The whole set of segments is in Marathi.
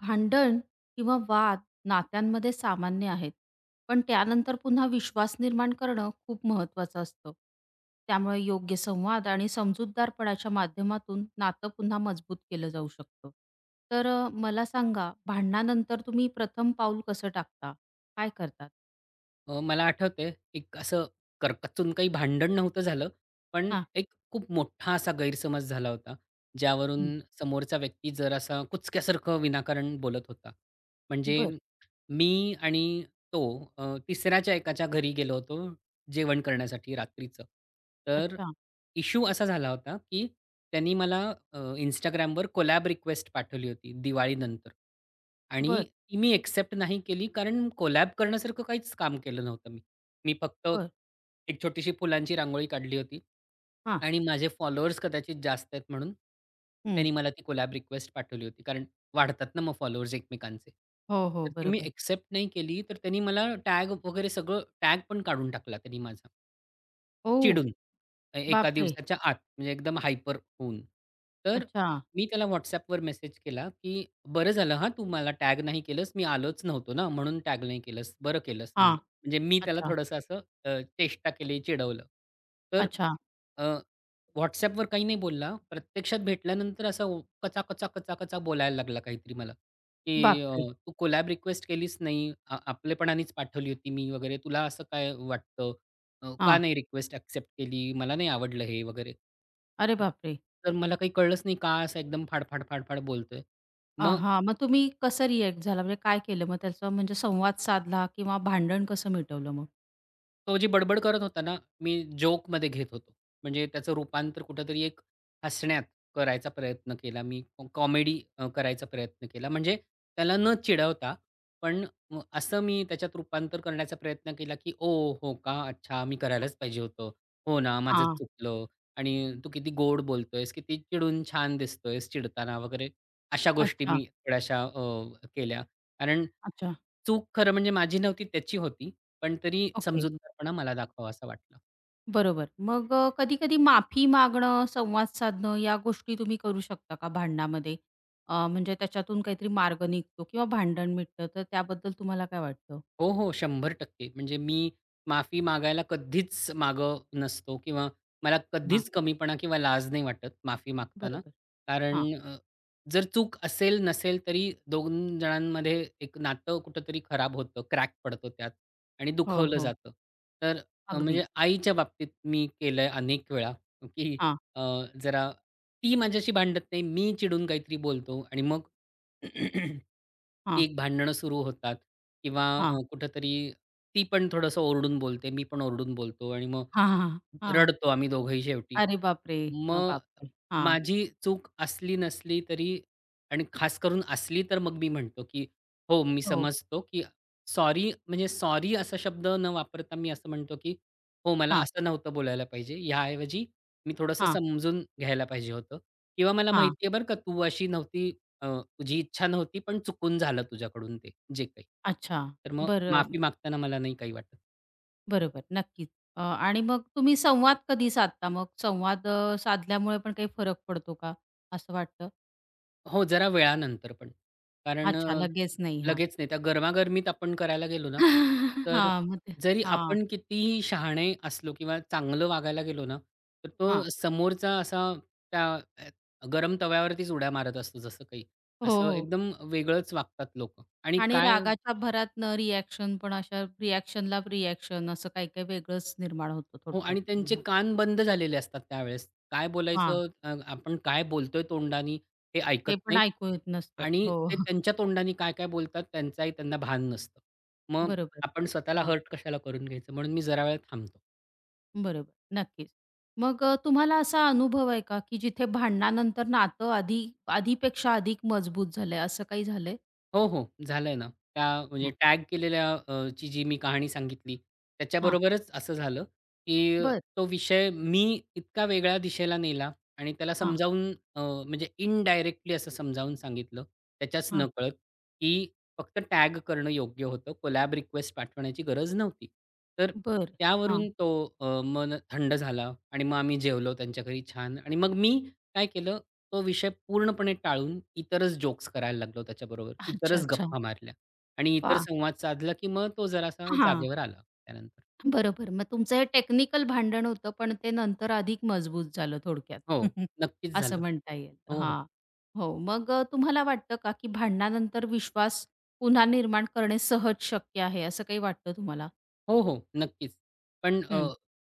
भांडण किंवा वाद नात्यांमध्ये सामान्य आहेत. पण त्यानंतर पुन्हा विश्वास निर्माण करणं खूप महत्त्वाचं असतं. त्यामुळे योग्य संवाद आणि समजूतदारपणाच्या माध्यमातून नातं पुन्हा मजबूत केलं जाऊ शकतं. तर मला सांगा भांडणानंतर तुम्ही प्रथम पाऊल कसं टाकता? काय करतात? मला आठवतंय एक असं करकचून काही भांडण नव्हतं झालं, पण हां. एक खूप मोठा असा गैरसमज झाला होता, हं. ज्यावरून समोरचा व्यक्ती जरासा कुचक्यासारखं विनाकारण बोलत होता. म्हणजे बरं. मी आणि तो तिसऱ्याच्या एकाच्या घरी गेलो होतो जेवण करण्यासाठी रात्रीचं. तर अच्छा. इश्यू असा झाला होता, की त्यांनी मला अ, Instagramवर कोलॅब रिक्वेस्ट पाठवली होती दिवाळीनंतर आणि बरं, ती मी एक्सेप्ट नाही केली कारण कोलॅब करण्यासारखं काहीच काम केलं नव्हतं मी. मी फक्त बरं. एक छोटीशी फुलांची रांगोळी काढली होती हां. आणि माझे फॉलोअर्स कदाचित जास्त आहेत म्हणून हं. त्यांनी मला ती कोलॅब रिक्वेस्ट पाठवली होती. कारण वाढतात ना मग फॉलोअर्स एकमेकांचे. हो, हो. तर ती मी बरोबर. एक्सेप्ट नाही केली, तर त्यांनी मला टॅग वगैरे सगळं टॅग पण काढून टाकला त्यांनी माझा ओह! चिडून. एका बापरे! दिवसाच्या आत, म्हणजे एकदम हायपर होऊन. तर अच्छा. मी त्याला WhatsAppवर मेसेज केला, की "बरं झालं हां, तू मला टॅग नाही केलंस. मी आलोच नव्हतो ना, म्हणून टॅग नाही केलंस. बरं केलंस" म्हटलं. हां. म्हणजे मी त्याला अच्छा, थोडंसं असं चेष्टा केली, चिडवलं. तर अच्छा. अ, WhatsAppवर काही नाही बोलला. प्रत्यक्षात भेटल्यानंतर असा कचा, कचा, कचा, कचा बोलायला लागला काहीतरी मला, की अ, बापरे! "तू कोलॅब रिक्वेस्ट केलीच नाही. आपलेपणानेच पाठवली होती मी वगैरे. तुला असं काय वाटतं?" का हां. नाही रिक्वेस्ट एक्सेप्ट केली? मला नाही आवडलं हे वगैरे. अरे बापरे! तर मला काही कळलंच नाही का असा एकदम फाड, फाड, फाड, फाड बोलतोय. अ, मग मग तुम्ही कसं रिएक्ट झाला? म्हणजे काय केलं मग त्याचा म्हणजे संवाद साधला किंवा भांडण कसं मिटवलं मग? तो जी बडबड करत होता ना, मी जोकमध्ये घेत होतो. म्हणजे त्याचं रूपांतर कुठेतरी एक हसण्यात करायचा प्रयत्न केला मी. कॉमेडी करायचा प्रयत्न केला. म्हणजे त्याला न चिडवता, पण असं मी त्याच्यात रूपांतर करण्याचा प्रयत्न केला, की "ओह! हो का? अच्छा, मी करायलाच पाहिजे होतं. हो ना, माझं हां. चुकलं आणि तू किती गोड बोलतोयस, किती चिडून छान दिसतोयस चिडताना" वगैरे अशा गोष्टी अच्छा, मी थोड्याशा केल्या. कारण अच्छा. चूक खरं म्हणजे माझी नव्हती, त्याची होती. पण तरी ओके. समजूतदारपणा मला दाखवावा असं वाटलं. बरोबर. मग कधी-कधी माफी मागणं, संवाद साधणं या गोष्टी तुम्ही करू शकता का भांडणामध्ये? म्हणजे त्याच्यातून काहीतरी मार्ग निघतो किंवा भांडण मिटतं तर त्याबद्दल तुम्हाला काय वाटतं? हो, हो, 100% म्हणजे मी माफी मागायला कधीच मागं नसतो किंवा मला हां. कधीच कमीपणा किंवा लाज नाही वाटत माफी मागताना. बरोबर. कारण हां. जर चूक असेल नसेल तरी 2 जणांमध्ये एक नातं कुठेतरी खराब होतं, क्रॅक पडतो त्यात आणि हो, दुखवलं हो. जातं. तर अगदी. म्हणजे आईच्या बाबतीत मी केलंय अनेक वेळा, की हां, अ, जरा ती माझ्याशी भांडत नाही, मी चिडून काहीतरी बोलतो आणि मग हां, ठीक भांडणं सुरू होतात किंवा हां. कुठेतरी ती पण थोडंसं ओरडून बोलते, मी पण ओरडून बोलतो आणि मग हां, हां, हां. रडतो आम्ही दोघंही शेवटी. अरे बापरे! मग बापरे! हां. माझी चूक असली नसली तरी आणि खास करून असली तर मग मी म्हणतो, की हो, मी हो. समजतो, की सॉरी म्हणजे सॉरी असा शब्द न वापरता मी असं म्हणतो, की हो, मला हां, असं नव्हतं बोलायला पाहिजे. ह्याऐवजी मी थोडंसं हां, समजून घ्यायला पाहिजे होतं किंवा मला हां. माहिती आहे बरं का, तू अशी नव्हती तुझी इच्छा नव्हती, पण चुकून झालं तुझ्याकडून ते, जे काही. अच्छा. तर मग बरं, माफी मागताना मला नाही काही वाटत. बरोबर. नक्कीच. आणि मग तुम्ही संवाद कधी साधता मग? संवाद साधल्यामुळे पण काही फरक पडतो का? असं वाटतं? हो, जरा वेळानंतर पण. कारण अच्छा, लगेच नाही. हां. लगेच नाही. त्या गरमागरमीत आपण करायला गेलो हां, ना, तर मग ते जरी हां, आपण कितीही शहाणे असलो किंवा चांगलं वागायला गेलो ना, तर तो हां. समोरचा असा त्या अ, गरम तव्यावरतीच उड्या मारत असतो जसं काही. हो, असं हो. एकदम वेगळंच वागतात लोकं आणि आणि काय रागाच्या भरात न रिएक्शन पण अशा रिएक्शनला रिएक्शन असं काही-काही वेगळंच निर्माण होतं हो थोडक्यात. आणि त्यांचे हां, कान बंद झालेले असतात त्यावेळेस. काय हां. बोलायचं आपण काय बोलतोय तोंडानी हे ऐकत हे पण नाहीत ऐकू येत नसतात. आणि हो, ते त्यांच्या तोंडानी काय-काय बोलतात त्यांचाही त्यांना भान नसतं. मग बरोबर. आपण स्वतःला हर्ट कशाला करून घ्यायचं म्हणून मी जरा वेळ थांबतो. बरोबर, नक्कीच. मग तुम्हाला असा अनुभव आहे का, की जिथे भांडणानंतर नातं आधी आधीपेक्षा अधिक मजबूत झालंय, असं काही झालंय? हो, हो. झालंय ना. त्या म्हणजे हां. टॅग केलेल्या ची जी मी कहाणी सांगितली, हां, त्याच्याबरोबरच असं झालं, की बरं. तो विषय मी इतका वेगळ्या दिशेला नेला आणि त्याला हां, समजावून अ, म्हणजे इनडायरेक्टली असं समजावून सांगितलं, त्याच्याच हां, नकळत, की फक्त टॅग करणं योग्य होतं. कोलॅब रिक्वेस्ट पाठवण्याची गरज नव्हती. तर बरं. हां. त्यावरून तो मन थंड झाला आणि मग आम्ही जेवलो त्यांच्या घरी छान आणि मग मी काय केलं, तो विषय पूर्णपणे टाळून इतरच जोक्स करायला लागलो त्याच्याबरोबर. अच्छा, इतरच अच्छा. गप्पा मारल्या आणि इतर वाह! संवाद साधला, की मग तो जरासा हां, जागेवर आला त्यानंतर. बरोबर. मग तुमचं हे टेक्निकल भांडण होतं, पण ते नंतर अधिक मजबूत झालं थोडक्यात. हो, नक्कीच असं झालं. म्हणता येईल. हो, हो. हां. हो, मग तुम्हाला वाटतं का, की भांडणानंतर विश्वास पुन्हा निर्माण करणे सहज शक्य आहे, असं काही वाटतं तुम्हाला? हो, हो. नक्कीच. पण हं.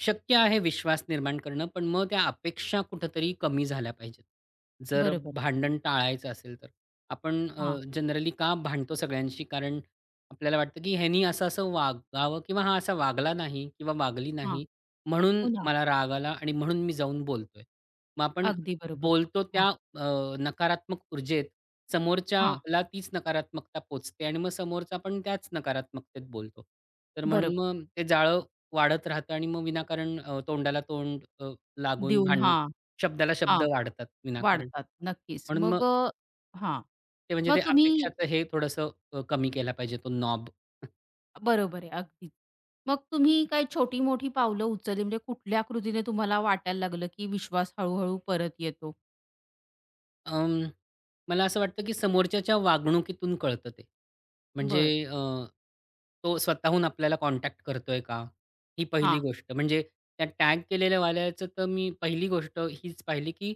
शक्य आहे विश्वास निर्माण करणं, पण मग त्या अपेक्षा कुठेतरी कमी झाल्या पाहिजेत. जर बरोबर. भांडण टाळायचं असेल तर. आपण हां, जनरली का भांडतो सगळ्यांशी? कारण आपल्याला वाटतं, की ह्यानी असं-असं वागावं किंवा हा असा वागला नाही किंवा वागली नाही, म्हणून हो ना. मला राग आला आणि म्हणून मी जाऊन बोलतोय. मग आपण अगदी बरोबर. बोलतो हां, त्या नकारात्मक ऊर्जेत हां. समोरच्याला तीच नकारात्मकता पोचते आणि मग समोरचा पण त्याच नकारात्मकतेत बोलतो. तर म्हणून बरोबर. मग ते जाळं वाढत राहतं आणि मग विनाकारण तोंडाला तोंड लागून देऊन हां, शब्दाला शब्द हां. वाढतात विनाकारण. वाढतात. नक्कीच. म्हणून मग मग हां. ते म्हणजे मग ते तुम्ही अपेक्षाचं हे थोडंसं कमी केला पाहिजे तो नॉब. बरोबर आहे. अगदी. मग तुम्ही काही छोटी-मोठी पावलं उचलली म्हणजे कुठल्या कृतीने तुम्हाला वाटायला लागलं, की विश्वास हळू परत येतो? अं, मला असं वाटतं की समोरच्याच्या वागणुकीतून कळतं ते. म्हणजे बरं. तो स्वतःहून आपल्याला कॉन्टॅक्ट करतोय का? ही पहिली हां, गोष्ट. म्हणजे त्या टॅग केलेल्या वाल्याचं तर मी पहिली गोष्ट हीच पाहिली, की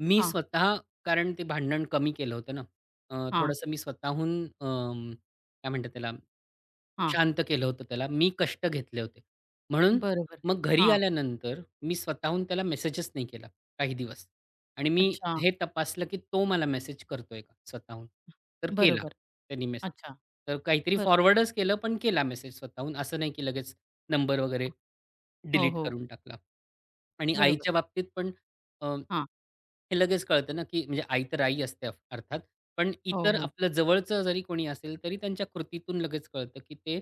मी हां, स्वतः कारण ते भांडण कमी केलं होतं ना. हां, थोडंसं मी स्वतःहून काय म्हणतात त्याला? हां. शांत केलं होतं त्याला. मी कष्ट घेतले होते. म्हणून बरोबर. मग घरी हां. आल्यानंतर मी स्वतःहून त्याला मेसेजच नाही केला काही दिवस आणि मी अच्छा. हे तपासलं, की तो मला मेसेज करतोय का स्वतःहून. तर केला बरोबर. त्यांनी मेसेज. अच्छा. तर काहीतरी बरं. फॉरवर्डच केलं, पण केला मेसेज स्वतःहून. असं नाही, की लगेच नंबर वगैरे हो, डिलीट हो. करून टाकला. आणि बरोबर. आईच्या बाबतीत पण अ, हां. हे लगेच कळतं ना, की म्हणजे आई तर आई असते अर्थात. पण हो, इतर हो. आपलं जवळचं जरी कोणी असेल, तरी त्यांच्या कृतीतून लगेच कळतं, की ते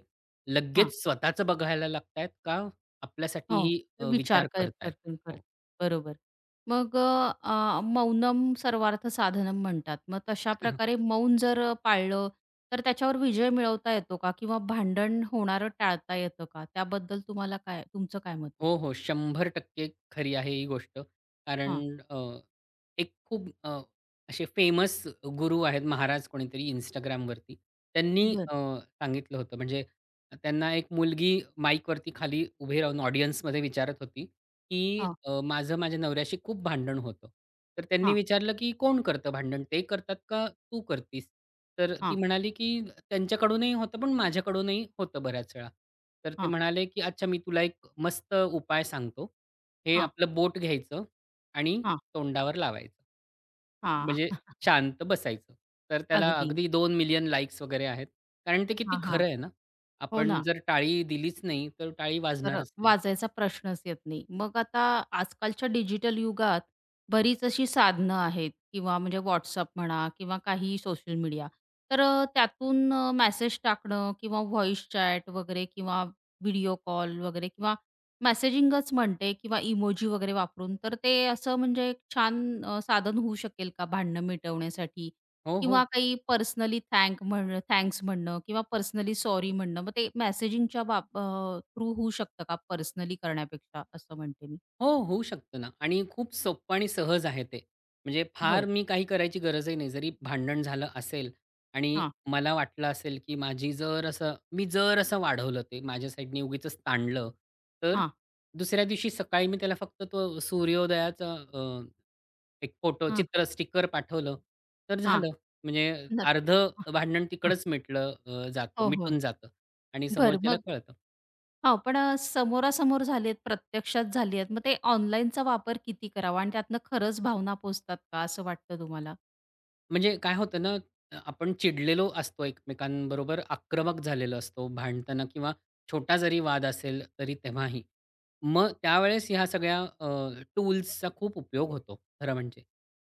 लगेच स्वतःचं बघायला लागतायत का हो. आपल्यासाठीही विचार विचार कर करतायत. परतून करत. हो. बरोबर. मग अ, अ, मौनम सर्वार्थ साधनम म्हणतात. मग तशा प्रकारे मौन जर पाळलं, तर त्याच्यावर विजय मिळवता येतो का? किंवा भांडण होणारं टाळता येतं का? त्याबद्दल तुम्हाला काय तुमचं काय मत? हो, हो. 100% खरी आहे ही गोष्ट. कारण हां, एक खूप असे फेमस गुरु आहेत महाराज कोणीतरी Instagramवरती. त्यांनी बरं. सांगितलं होतं म्हणजे त्यांना एक मुलगी माईकवरती खाली उभी राहून ऑडियन्समध्ये विचारत होती, की हां, "माझं माझ्या नवऱ्याशी खूप भांडण होतं." तर त्यांनी हां, विचारलं, की "कोण करतं भांडण? ते करतात का तू करतीस?" तर ती हां, म्हणाली, की त्यांच्याकडूनही होतं, पण माझ्याकडूनही होतं बऱ्याच वेळा. तर ते हां, म्हणाले, की "अच्छा मी तुला एक मस्त उपाय सांगतो. हे हां, आपलं बोट घ्यायचं आणि हां, तोंडावर लावायचं. हां. म्हणजे शांत बसायचं." तर त्याला अगदी. अगदी 2 million लाइक्स वगैरे आहेत. कारण ते किती हां, हां. खरं आहे ना. हो ना. आपण जर टाळी दिलीच नाही, तर टाळी तर वाजणारच नाही. वाजायचा प्रश्नच येत नाही. मग आता आजकालच्या डिजिटल युगात बरीच अशी साधनं आहेत किंवा म्हणजे WhatsApp म्हणा किंवा काही सोशल मीडिया. तर त्यातून मेसेज टाकणं किंवा व्हॉईस चॅट वगैरे किंवा व्हिडिओ कॉल वगैरे किंवा मेसेजिंगच म्हणते किंवा इमोजी वगैरे वापरून, तर ते असं म्हणजे एक छान साधन होऊ शकेल का भांडणं मिटवण्यासाठी हो, किंवा हो. काही पर्सनली थँक म्हणणं थँक्स म्हणणं किंवा पर्सनली सॉरी म्हणणं. मग ते मेसेजिंगच्या थ्रू होऊ शकतं का पर्सनली करण्यापेक्षा असं म्हणते मी? हो, होऊ शकतं ना आणि खूप सोपं आणि सहज आहे ते. म्हणजे फार बरं. मी काही करायची गरजही नाही. जरी भांडण झालं असेल आणि हां, मला वाटलं असेल, की माझी जर असं मी जर असं वाढवलं ते माझ्या साईडने उगीचच ताणलं, तर हां, दुसऱ्या दिवशी सकाळी मी त्याला फक्त तो सूर्योदयाचा एक फोटो हां, चित्र स्टिकर पाठवलं, तर हां. झालं. म्हणजे नक्की. अर्धं हां, भांडण हां. तिकडंच मिटलं अ, जातं हो, हो. मिटून जातं आणि बरं समोरच्याला मग कळतं. हो, पण समोरासमोर झालेत, प्रत्यक्षात झाली आहेत. मग ते ऑनलाईनचा वापर किती करावा आणि त्यातनं खरंच भावना पोहोचतात का असं वाटतं तुम्हाला? म्हणजे काय होतं ना, आपण चिडलेलो असतो एकमेकांबरोबर, आक्रमक झालेलो असतो भांडताना किंवा छोटा जरी वाद असेल तरी तेव्हाही. मग त्यावेळेस ह्या सगळ्या टूल्सचा खूप उपयोग होतो खरं म्हणजे.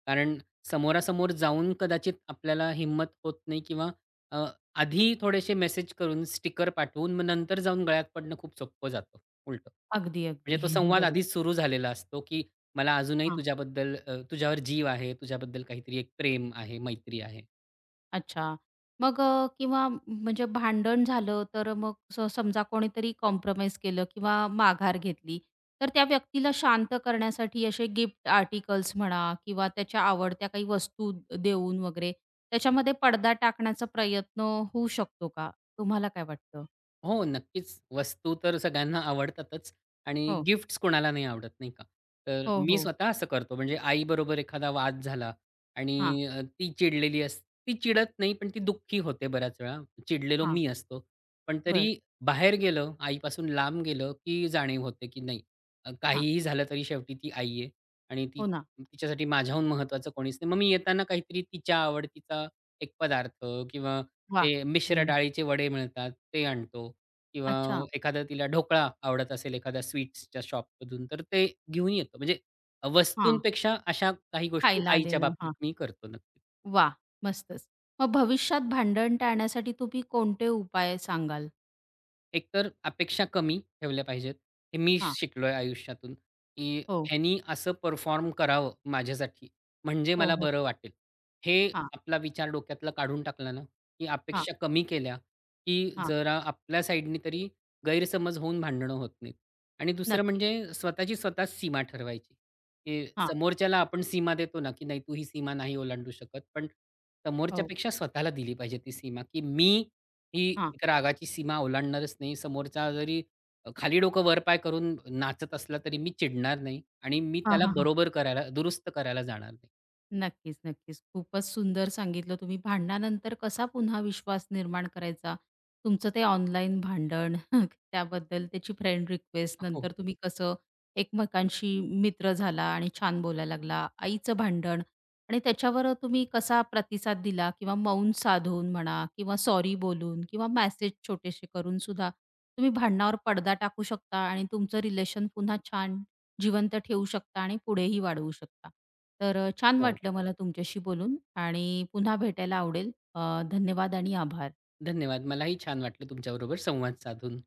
कारण समोरासमोर जाऊन कदाचित आपल्याला हिंमत होत नाही किंवा अ, आधी थोडेसे मेसेज करून, स्टिकर पाठवून मग नंतर जाऊन गळ्यात पडणं खूप सोपं जातं उलटं. अगदी, म्हणजे अगदी. तो संवाद बरोबर. आधीच सुरू झालेला असतो, की मला अजूनही तुझ्याबद्दल तुझ्यावर जीव आहे, तुझ्याबद्दल काहीतरी एक प्रेम आहे, मैत्री आहे. अच्छा. मग किंवा म्हणजे भांडण झालं, तर मग समजा कोणीतरी कॉम्प्रोमाईज केलं किंवा माघार घेतली, तर त्या व्यक्तीला शांत करण्यासाठी असे गिफ्ट आर्टिकल्स म्हणा किंवा त्याच्या आवडत्या काही वस्तू देऊन वगैरे त्याच्यामध्ये पडदा टाकण्याचा प्रयत्न होऊ शकतो का? तुम्हाला काय वाटतं? हो, नक्कीच. वस्तू तर सगळ्यांना आवडतातच आणि हो. गिफ्ट्स कोणाला नाही आवडत, नाही का? तर हो, मी हो. स्वतः असं करतो. म्हणजे आईबरोबर एखादा वाद झाला हां, आणि अ, ती चिडलेली अस ती चिडत नाही, पण ती दुःखी होते बऱ्याच वेळा. चिडलेलो हां. मी असतो. पण तरी बरं. बाहेर गेलं, आईपासून लांब गेलं, की जाणीव होते, की नाही हां. काहीही झालं तरी शेवटी ती आई आहे आणि हो ना. तिच्यासाठी माझ्याहून महत्त्वाचं कोणीच नाही. मग मी येताना काहीतरी तिच्या आवडतीचा एक पदार्थ किंवा वाह! ते मिश्र हं. डाळीचे वडे मिळतात, ते आणतो किंवा अच्छा. एखादा तिला ढोकळा आवडत असेल एखाद्या स्वीट्सच्या शॉपमधून, तर ते घेऊन येतो. म्हणजे हां. वस्तूंपेक्षा अशा काही गोष्टी खायला आईच्या देणं. बाबतीत मी करतो नक्की. वा, मस्तच. मग भविष्यात भांडण टाळण्यासाठी तुम्ही कोणते उपाय सांगाल? एकतर अपेक्षा कमी ठेवल्या पाहिजेत. हे मी हां. शिकलोय आयुष्यातून, की हो. ह्यानी असं परफॉर्म करावं माझ्यासाठी, म्हणजे हो, मला हो. बरं वाटेल. हे हां, आपला विचार डोक्यातला काढून टाकला ना, की हां, अपेक्षा कमी केल्या, की हां. जरा आपल्या साइडनी तरी गैरसमज होऊन भांडणं होत नाहीत. आणि दुसरं नक्कीच. म्हणजे स्वतःची स्वतःच सीमा ठरवायची, की हां. समोरच्याला आपण सीमा देतो ना, की नाही तू ही सीमा नाही ओलांडू शकत. पण हो. समोरच्यापेक्षा स्वतःला दिली पाहिजे ती सीमा, की मी ही हां. एक रागाची सीमा ओलांडणारच नाही. समोरचा जरी खाली डोकं वर पाय करून नाचत असला तरी मी चिडणार नाही आणि मी हां, त्याला हां, हां. बरोबर करायला, दुरुस्त करायला जाणार नाही. नक्कीच, नक्कीच. खूपच सुंदर सांगितलं तुम्ही. भांडणानंतर कसा पुन्हा विश्वास निर्माण करायचा? तुमचं ते ऑनलाईन भांडण त्याबद्दल त्याची फ्रेंड रिक्वेस्ट हो, नंतर तुम्ही कसं एकमेकांशी मित्र झाला आणि छान बोलायला लागला. आईचं भांडण आणि त्याच्यावर तुम्ही कसा प्रतिसाद दिला किंवा मौन साधून म्हणा किंवा सॉरी बोलून किंवा मेसेज छोटेसे करून सुद्धा तुम्ही भांडणावर पडदा टाकू शकता आणि तुमचं रिलेशन पुन्हा छान जिवंत ठेवू शकता आणि पुढेही वाढवू शकता. तर छान हो. वाटलं मला तुमच्याशी बोलून आणि पुन्हा भेटायला आवडेल. धन्यवाद आणि आभार. धन्यवाद. मलाही छान वाटलं तुमच्याबरोबर संवाद साधून.